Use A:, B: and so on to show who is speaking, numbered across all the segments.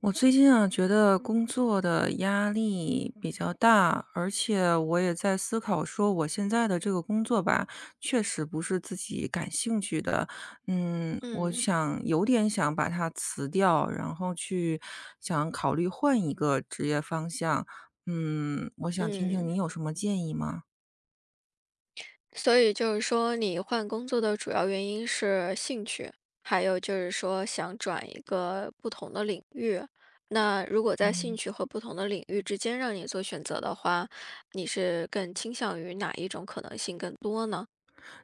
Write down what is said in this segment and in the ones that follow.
A: 我最近啊，觉得工作的压力比较大，而且我也在思考说，我现在的这个工作吧，确实不是自己感兴趣的。我
B: 嗯
A: 想有点想把它辞掉，然后去想考虑换一个职业方向。我想听听
B: 嗯，
A: 你有什么建议吗？
B: 所以就是说，你换工作的主要原因是兴趣，还有就是说想转一个不同的领域。那如果在兴趣和不同的领域之间让你做选择的话，你是更倾向于哪一种可能性更多呢？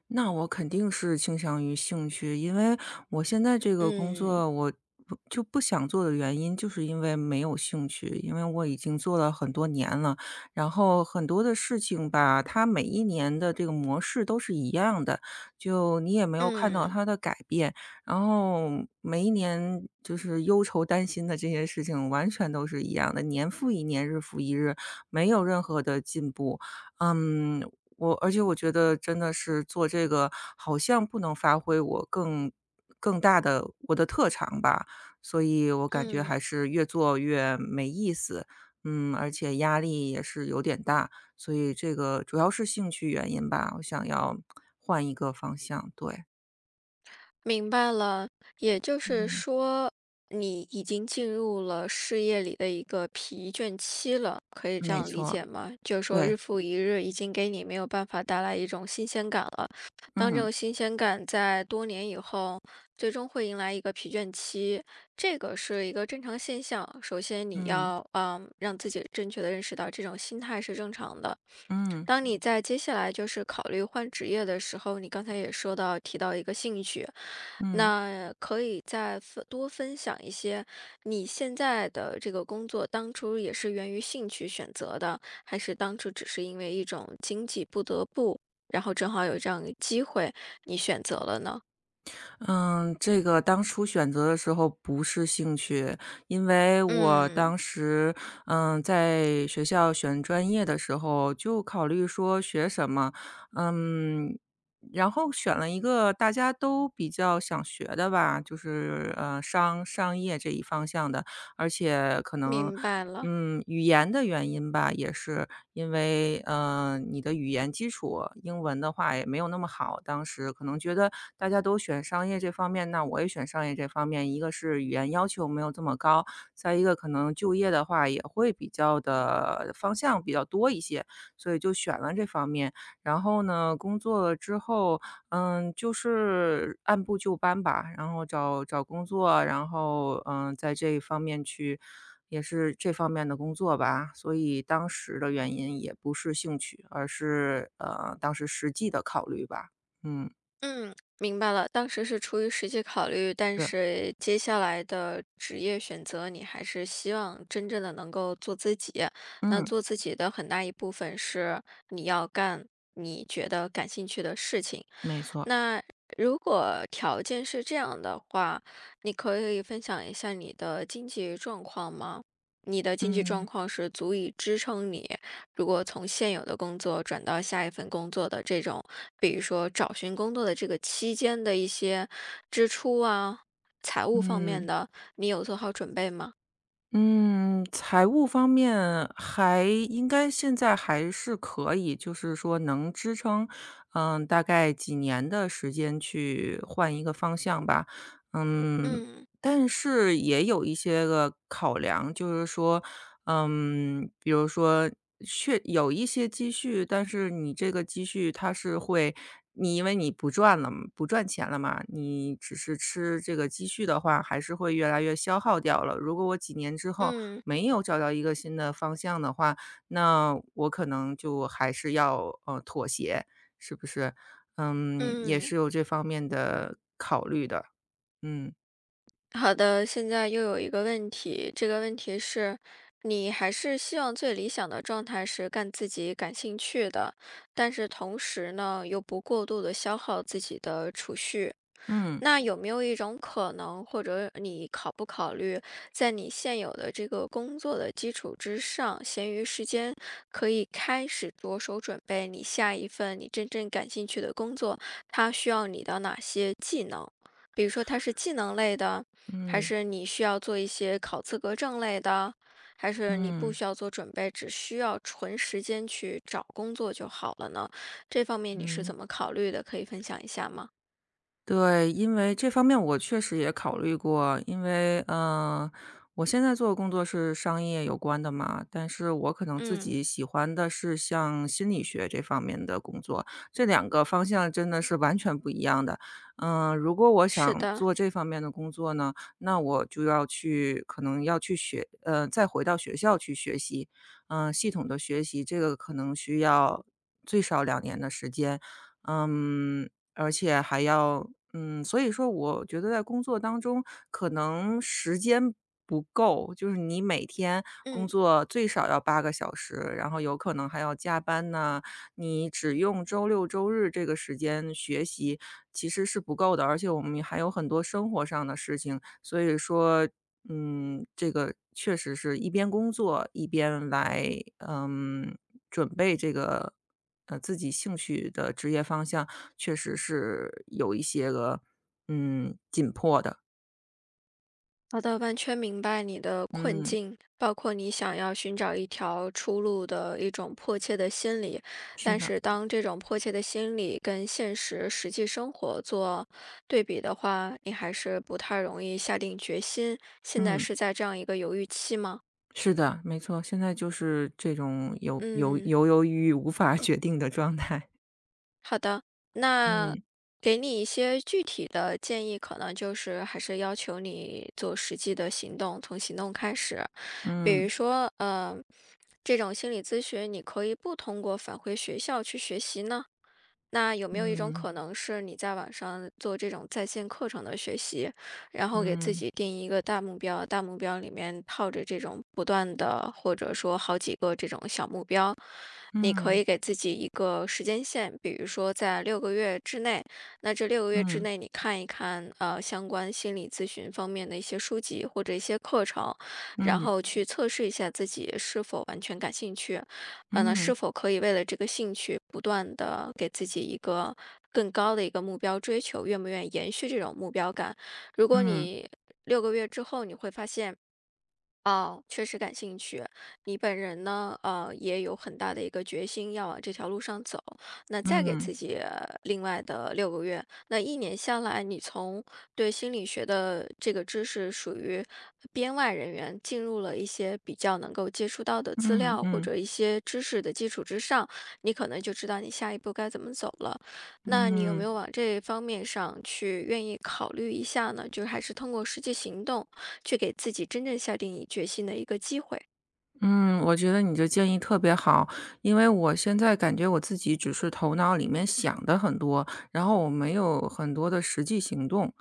A: 那我肯定是倾向于兴趣，因为我现在这个工
B: 嗯
A: 作，我不就不想做的原因，就是因为没有兴趣，因为我已经做了很多年了，然后很多的事情吧，它每一年的这个模式都是一样的，就你也没有看到
B: 嗯
A: 它的改变，然后每一年就是忧愁担心的这些事情完全都是一样的，年复一年，日复一日，没有任何的进步。嗯，而且我觉得真的是做这个，好像不能发挥我更大的我的特长吧，所以我感觉还
B: 嗯。
A: 是越做越没意思。而且压力也是有点大，所以这个主要是兴趣原因吧，我想要换一个方向，对。
B: 明白了，也就是
A: 嗯。
B: 说，你已经进入了事业里的一个疲倦期了，可以这
A: 没
B: 样理
A: 错。
B: 解吗？就是说，
A: 对。
B: 日复一日，已经给你没有办法带来一种新鲜感了。当这
A: 嗯。
B: 种新鲜感在多年以后，最终会迎来一个疲倦期，这个是一个正常现象。首先，你
A: 嗯。
B: 要让自己正确的认识到这种心态是正常的。
A: 嗯。
B: 当你在接下来就是考虑换职业的时候，你刚才也说到提到一个兴趣，
A: 嗯。
B: 那可以再多分享一些你现在的这个工作，当初也是源于兴趣选择的，还是当初只是因为一种经济不得不，然后正好有这样的机会，你选择了呢？
A: 嗯，这个当初选择的时候不是兴趣，因为我
B: 嗯，
A: 当时，在学校选专业的时候就考虑说学什么，嗯，然后选了一个大家都比较想学的吧，就是商业这一方向的，而且可能
B: 明白了。
A: 语言的原因吧，也是因为，你的语言基础，英文的话也没有那么好，当时可能觉得大家都选商业这方面，那我也选商业这方面。一个是语言要求没有这么高，再一个可能就业的话也会比较的方向比较多一些，所以就选了这方面。然后呢，工作了之后，就是按部就班吧，然后找找工作，然后在这一方面去也是这方面的工作吧，所以当时的原因也不是兴趣，而是，当时实际的考虑吧。嗯。
B: 嗯，明白了。当时是出于实际考虑，但
A: 是。
B: 是接下来的职业选择，你还是希望真正的能够做自己。那
A: 嗯。
B: 做自己的很大一部分是你要干你觉得感兴趣的事情。
A: 没错。
B: 那如果条件是这样的话，你可以分享一下你的经济状况吗？你的经济状
A: 嗯。
B: 况是足以支撑你，如果从现有的工作转到下一份工作的这种，比如说找寻工作的这个期间的一些支出啊，财务方面
A: 嗯。
B: 的，你有做好准备吗？
A: 嗯，财务方面还应该现在还是可以，就是说能支撑，大概几年的时间去换一个方向吧。嗯，
B: 嗯
A: 但是也有一些个考量，就是说，比如说确有一些积蓄，但是你这个积蓄它是会你因为你不赚钱了嘛，你只是吃这个积蓄的话，还是会越来越消耗掉了。如果我几年之后
B: 嗯
A: 没有找到一个新的方向的话，那我可能就还是要，妥协，是不是？也
B: 嗯。
A: 是有这方面的考虑的。嗯。
B: 好的，现在又有一个问题，这个问题是，你还是希望最理想的状态是干自己感兴趣的，但是同时呢，又不过度的消耗自己的储蓄。
A: 嗯。
B: 那有没有一种可能，或者你考不考虑，在你现有的这个工作的基础之上，闲余时间可以开始着手准备你下一份你真正感兴趣的工作，它需要你的哪些技能？比如说它是技能类的，还
A: 嗯。
B: 是你需要做一些考资格证类的，还是你不
A: 嗯。
B: 需要做准备，只需要纯时间去找工作就好了呢？这方面你是
A: 嗯。
B: 怎么考虑的？可以分享一下吗？
A: 对，因为这方面我确实也考虑过，因为，我现在做的工作是商业有关的嘛，但是我可能自
B: 嗯。
A: 己喜欢的是像心理学这方面的工作，这两个方向真的是完全不一样的。如果我
B: 是
A: 想
B: 的，
A: 做这方面的工作呢，那我就要去可能要去学再回到学校去学习，系统的学习，这个可能需要最少2年的时间。嗯，而且还要所以说我觉得在工作当中，可能时间不够，就是你每天工
B: 嗯，
A: 作最少要8个小时，然后有可能还要加班呐，你只用周六周日这个时间学习其实是不够的，而且我们还有很多生活上的事情，所以说，这个确实是一边工作一边来，嗯，准备这个，自己兴趣的职业方向，确实是有一些个，紧迫的。
B: 好的，完全明白你的困
A: 嗯。
B: 境，包括你想要寻找一条出路的一种迫切的心理。
A: 是
B: 但
A: 的。
B: 是，当这种迫切的心理跟现实实际生活做对比的话，你还是不太容易下定决心。现在
A: 嗯。
B: 是在这样一个犹豫期吗？
A: 是的。没错。现在就是这种犹犹
B: 嗯，
A: 犹犹豫豫无法决定的状态。
B: 好的，那。
A: 嗯。
B: 给你一些具体的建议，可能就是还是要求你做实际的行动，从行动开始。比如
A: 嗯。
B: 说，这种心理咨询，你可以不通过返回学校去学习呢？那有没有一种
A: 嗯。
B: 可能是你在网上做这种在线课程的学习，然后给自
A: 嗯。
B: 己定一个大目标，大目标里面套着这种不断的，或者说好几个这种小目标，你可
A: 嗯。
B: 以给自己一个时间线，比如说在六个月之内，那这六个月之
A: 嗯。
B: 内你看一看相关心理咨询方面的一些书籍或者一些课程，然
A: 嗯。
B: 后去测试一下自己是否完全感兴趣。那
A: 嗯。
B: 是否可以为了这个兴趣，不断的给自己一个更高的一个目标追求，愿不愿意延续这种目标感？如果
A: 嗯。
B: 你六个月之后，你会发现。哦，确实感兴趣。你本人呢，也有很大的一个决心要往这条路上走。那再给
A: 嗯。
B: 自己另外的六个月，那一年下来，你从对心理学的这个知识属于编外人员，进入了一些比较能够接触到的资
A: 嗯。嗯。
B: 料或
A: 嗯
B: 者一些知识的基础之上，你可能就知道你下一步该怎么走了。那你有没
A: 嗯。
B: 有往这方面上去愿意考虑一下呢？就是还是通过实际行动。去给自己真正下定一决心的一个机会。
A: 嗯，我觉得你的建议特别好，因为我现在感觉我自己只是头脑里面想的很多，然后我没有很多的实际行动。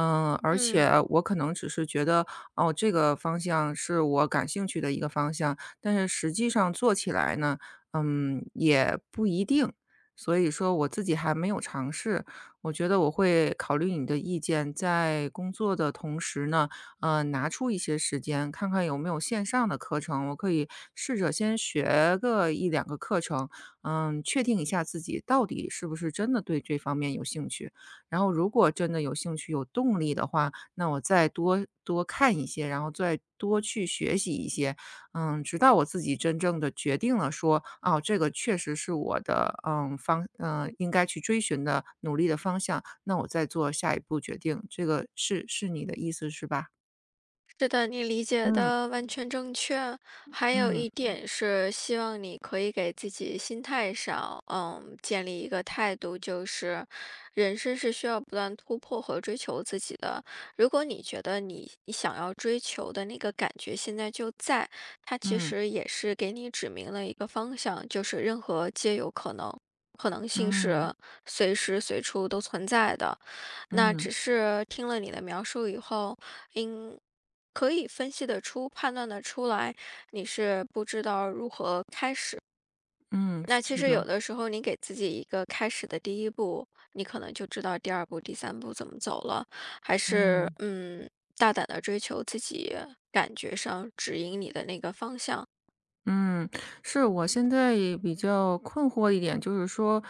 A: 而
B: 嗯，
A: 且我可能只是觉得，哦，这个方向是我感兴趣的一个方向，但是实际上做起来呢，也不一定。所以说我自己还没有尝试，我觉得我会考虑你的意见，在工作的同时呢，拿出一些时间，看看有没有线上的课程，我可以试着先学个一两个课程，确定一下自己到底是不是真的对这方面有兴趣。然后如果真的有兴趣、有动力的话，那我再多多看一些，然后再多去学习一些，直到我自己真正的决定了说，哦，这个确实是我的，应该去追寻的努力的方向，那我再做下一步决定，这个是你的意思是吧？
B: 是的，你理解
A: 嗯。
B: 的完全正确。还有
A: 嗯。
B: 一点是，希望你可以给自己心态上，建立一个态度，就是人生是需要不断突破和追求自己的。如果你觉得你想要追求的那个感觉现在就在，它其
A: 嗯。
B: 实也是给你指明了一个方向，就是任何皆有可能，可能性
A: 嗯。
B: 是随时随处都存在的。那
A: 嗯。
B: 只是听了你的描述以后，应可以分析得出、判断得出来，你是不知道如何开始。
A: 嗯。
B: 那其
A: 是
B: 实
A: 的。
B: 有的时候，你给自己一个开始的第一步，你可能就知道第二步、第三步怎么走了。还是
A: 嗯。
B: 大胆的追求自己感觉上指引你的那个方向。
A: 嗯。是我现在也比较困惑一点，就是说，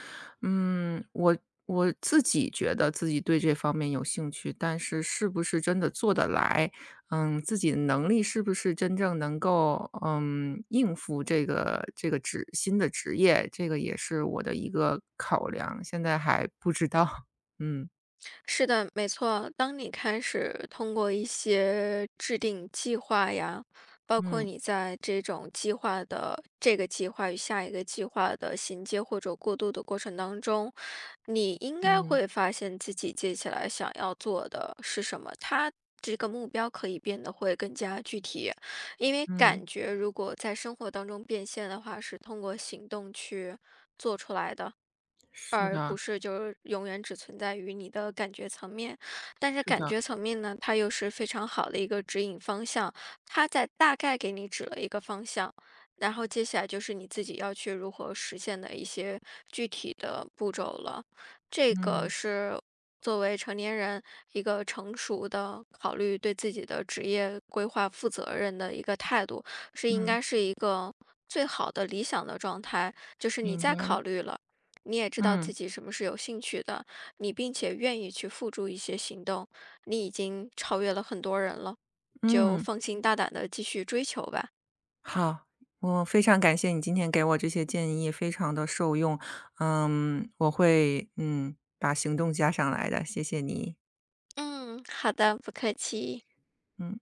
A: 嗯，我我自己觉得自己对这方面有兴趣，但是是不是真的做得来？自己的能力是不是真正能够应付这个新的职业？这个也是我的一个考量，现在还不知道。嗯。
B: 是的，没错。当你开始通过一些制定计划呀，包括
A: 嗯。
B: 你在这种计划的这个计划与下一个计划的衔接或者过渡的过程当中，你应该
A: 嗯。
B: 会发现自己接下来想要做的是什么。它这个目标可以变得会更加具体，因为
A: 嗯。
B: 感觉如果在生活当中变现的话，是通过行动去做出来的。
A: 是
B: 而不
A: 的。
B: 是就是永远只存在于你的感觉层面。但是
A: 是
B: 感
A: 的。
B: 觉层面呢，它又是非常好的一个指引方向，它在大概给你指了一个方向，然后接下来就是你自己要去如何实现的一些具体的步骤了。这个
A: 嗯。
B: 是作为成年人一个成熟的考虑对自己的职业规划负责任的一个态度，是应
A: 嗯。
B: 该是一个最好的理想的状态，就是你
A: 明
B: 在
A: 白了。
B: 考虑了。你也知道
A: 嗯。
B: 自己什么是有兴趣的，你并且愿意去付诸一些行动，你已经超越了很多人了，就
A: 嗯。
B: 放心大胆的继续追求吧。
A: 好，我非常感谢你今天给我这些建议，非常的受用，我会，把行动加上来的，谢谢你，
B: 嗯，好的，不客气。
A: 嗯。